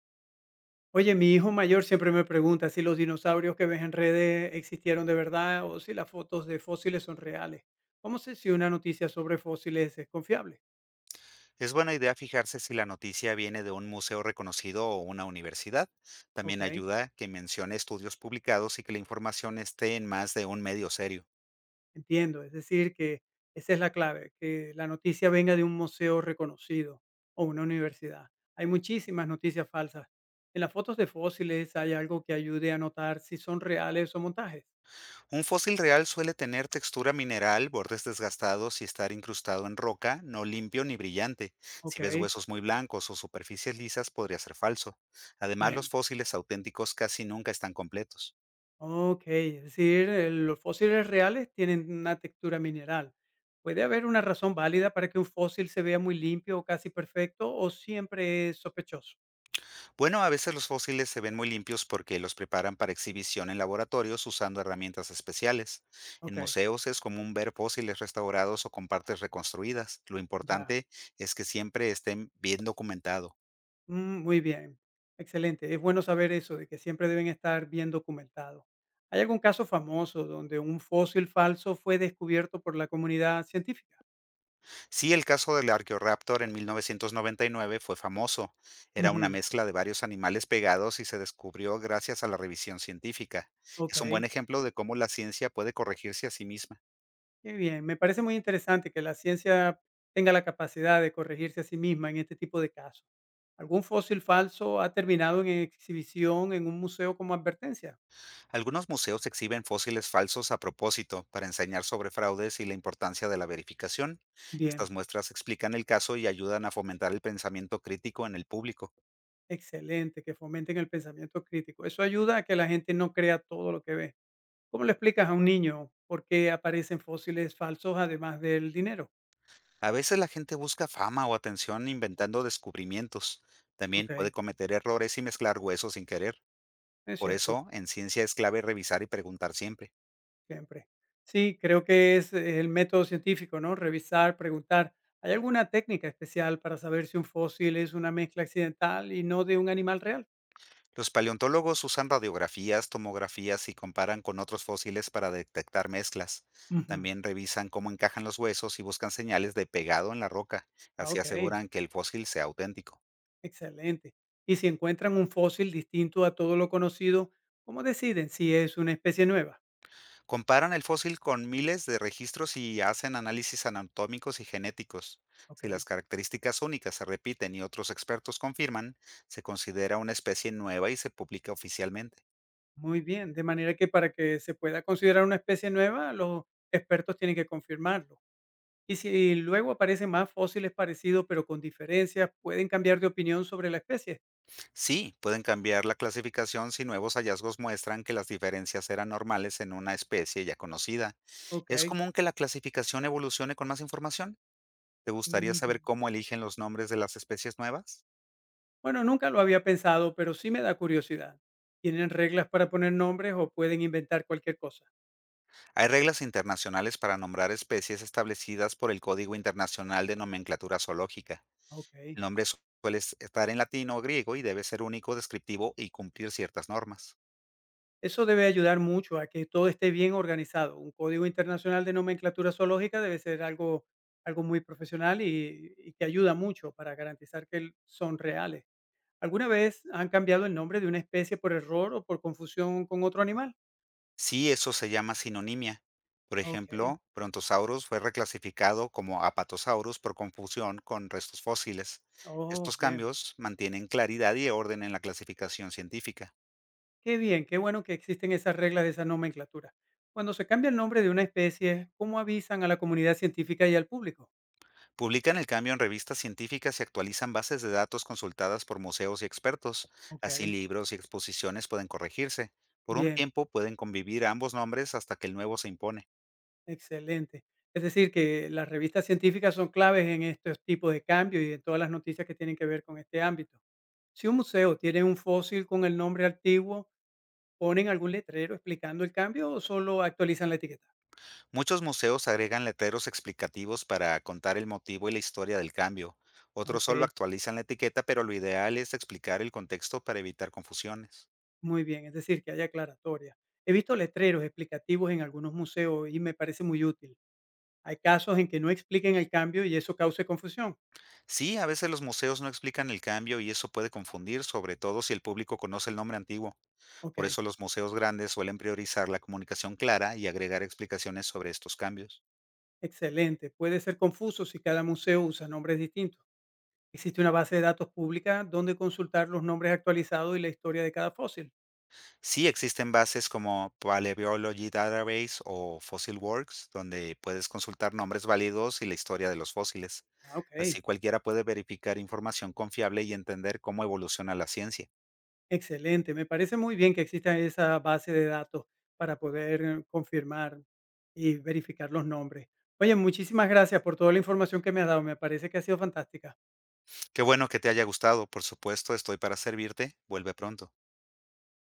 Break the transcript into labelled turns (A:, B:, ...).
A: Oye, mi hijo mayor siempre me pregunta si los dinosaurios que ves en redes existieron de verdad o si las fotos de fósiles son reales. ¿Cómo sé si una noticia sobre fósiles es confiable?
B: Es buena idea fijarse si la noticia viene de un museo reconocido o una universidad.
A: Ok,
B: También ayuda que mencione estudios publicados y que la información esté en más de un medio serio.
A: entiendo. Es decir, que esa es la clave, que la noticia venga de un museo reconocido o una universidad. Hay muchísimas noticias falsas. En las fotos de fósiles hay algo que ayude a notar si son reales o montajes.
B: Un fósil real suele tener textura mineral, bordes desgastados y estar incrustado en roca, no limpio ni brillante.
A: Ok,
B: Si ves huesos muy blancos o superficies lisas, podría ser falso. Además, los
A: bien.
B: fósiles auténticos casi nunca están completos.
A: Okey, es decir, los fósiles reales tienen una textura mineral. ¿Puede haber una razón válida para que un fósil se vea muy limpio o casi perfecto, o siempre es sospechoso?
B: Bueno, a veces los fósiles se ven muy limpios porque los preparan para exhibición en laboratorios usando herramientas especiales. En
A: Okey,
B: museos es común ver fósiles restaurados o con partes reconstruidas. Lo
A: ya.
B: importante es que siempre estén bien documentado.
A: Mm, muy bien, excelente. Es bueno saber eso, de que siempre deben estar bien documentados. ¿Hay algún caso famoso donde un fósil falso fue descubierto por la comunidad científica?
B: Sí, el caso del Archaeoraptor en 1999 fue famoso. Era una
A: Ujú,
B: mezcla de varios animales pegados y se descubrió gracias a la revisión científica. Es un buen
A: okey.
B: ejemplo de cómo la ciencia puede corregirse a sí misma.
A: Qué bien, me parece muy interesante que la ciencia tenga la capacidad de corregirse a sí misma en este tipo de casos. ¿Algún fósil falso ha terminado en exhibición en un museo como advertencia?
B: Algunos museos exhiben fósiles falsos a propósito para enseñar sobre fraudes y la importancia de la verificación.
A: Bien,
B: Estas muestras explican el caso y ayudan a fomentar el pensamiento crítico en el público.
A: excelente, que fomenten el pensamiento crítico. Eso ayuda a que la gente no crea todo lo que ve. ¿Cómo le explicas a un niño por qué aparecen fósiles falsos además del dinero?
B: A veces la gente busca fama o atención inventando descubrimientos. También
A: Ok,
B: puede cometer errores y mezclar huesos sin querer.
A: es
B: Por
A: cierto.
B: eso, en ciencia es clave revisar y preguntar siempre.
A: Siempre. Sí, creo que es el método científico, ¿no? Revisar, preguntar. ¿Hay alguna técnica especial para saber si un fósil es una mezcla accidental y no de un animal real?
B: Los paleontólogos usan radiografías, tomografías y comparan con otros fósiles para detectar mezclas.
A: Ujú.
B: También revisan cómo encajan los huesos y buscan señales de pegado en la roca,
A: Ah,
B: así
A: ok,
B: aseguran que el fósil sea auténtico.
A: excelente. Y si encuentran un fósil distinto a todo lo conocido, ¿cómo deciden si es una especie nueva?
B: Comparan el fósil con miles de registros y hacen análisis anatómicos y genéticos.
A: Ok,
B: Si las características únicas se repiten y otros expertos confirman, se considera una especie nueva y se publica oficialmente.
A: muy bien. De manera que para que se pueda considerar una especie nueva, los expertos tienen que confirmarlo. Y si luego aparecen más fósiles parecidos pero con diferencias, ¿pueden cambiar de opinión sobre la especie?
B: Sí, pueden cambiar la clasificación si nuevos hallazgos muestran que las diferencias eran normales en una especie ya conocida. Es
A: Okey,
B: común que la clasificación evolucione con más información. ¿Te gustaría
A: ujú.
B: saber cómo eligen los nombres de las especies nuevas?
A: Bueno, nunca lo había pensado, pero sí me da curiosidad. ¿Tienen reglas para poner nombres o pueden inventar cualquier cosa?
B: Hay reglas internacionales para nombrar especies establecidas por el Código Internacional de Nomenclatura Zoológica. El
A: Okey.
B: nombre suele estar en latino o griego y debe ser único, descriptivo y cumplir ciertas normas.
A: Eso debe ayudar mucho a que todo esté bien organizado. Un código internacional de nomenclatura zoológica debe ser algo algo muy profesional y que ayuda mucho para garantizar que son reales. ¿Alguna vez han cambiado el nombre de una especie por error o por confusión con otro animal?
B: Sí, eso se llama sinonimia. Por
A: Okey.
B: ejemplo, Brontosaurus fue reclasificado como Apatosaurus por confusión con restos fósiles.
A: Oh,
B: Estos
A: bien.
B: cambios mantienen claridad y orden en la clasificación científica.
A: Qué bien, qué bueno que existen esas reglas de esa nomenclatura. Cuando se cambia el nombre de una especie, ¿cómo avisan a la comunidad científica y al público?
B: Publican el cambio en revistas científicas y actualizan bases de datos consultadas por museos y expertos.
A: Ok,
B: Así libros y exposiciones pueden corregirse. Por un
A: bien,
B: tiempo pueden convivir ambos nombres hasta que el nuevo se impone.
A: excelente. Es decir, que las revistas científicas son claves en estos tipos de cambios y en todas las noticias que tienen que ver con este ámbito. Si un museo tiene un fósil con el nombre antiguo, ¿ponen algún letrero explicando el cambio o solo actualizan la etiqueta?
B: Muchos museos agregan letreros explicativos para contar el motivo y la historia del cambio. Otros
A: Ok,
B: solo actualizan la etiqueta, pero lo ideal es explicar el contexto para evitar confusiones.
A: muy bien, es decir, que hay aclaratoria. He visto letreros explicativos en algunos museos y me parece muy útil. Hay casos en que no expliquen el cambio y eso cause confusión.
B: Sí, a veces los museos no explican el cambio y eso puede confundir, sobre todo si el público conoce el nombre antiguo.
A: Ok,
B: Por eso los museos grandes suelen priorizar la comunicación clara y agregar explicaciones sobre estos cambios.
A: excelente. Puede ser confuso si cada museo usa nombres distintos. Existe una base de datos pública donde consultar los nombres actualizados y la historia de cada fósil.
B: Sí, existen bases como Paleobiology Database o Fossil Works, donde puedes consultar nombres válidos y la historia de los fósiles.
A: Ah, ok,
B: Así cualquiera puede verificar información confiable y entender cómo evoluciona la ciencia.
A: excelente. Me parece muy bien que exista esa base de datos para poder confirmar y verificar los nombres. Oye, muchísimas gracias por toda la información que me has dado. Me parece que ha sido fantástica.
B: Qué bueno que te haya gustado, por supuesto, estoy para servirte. Vuelve pronto.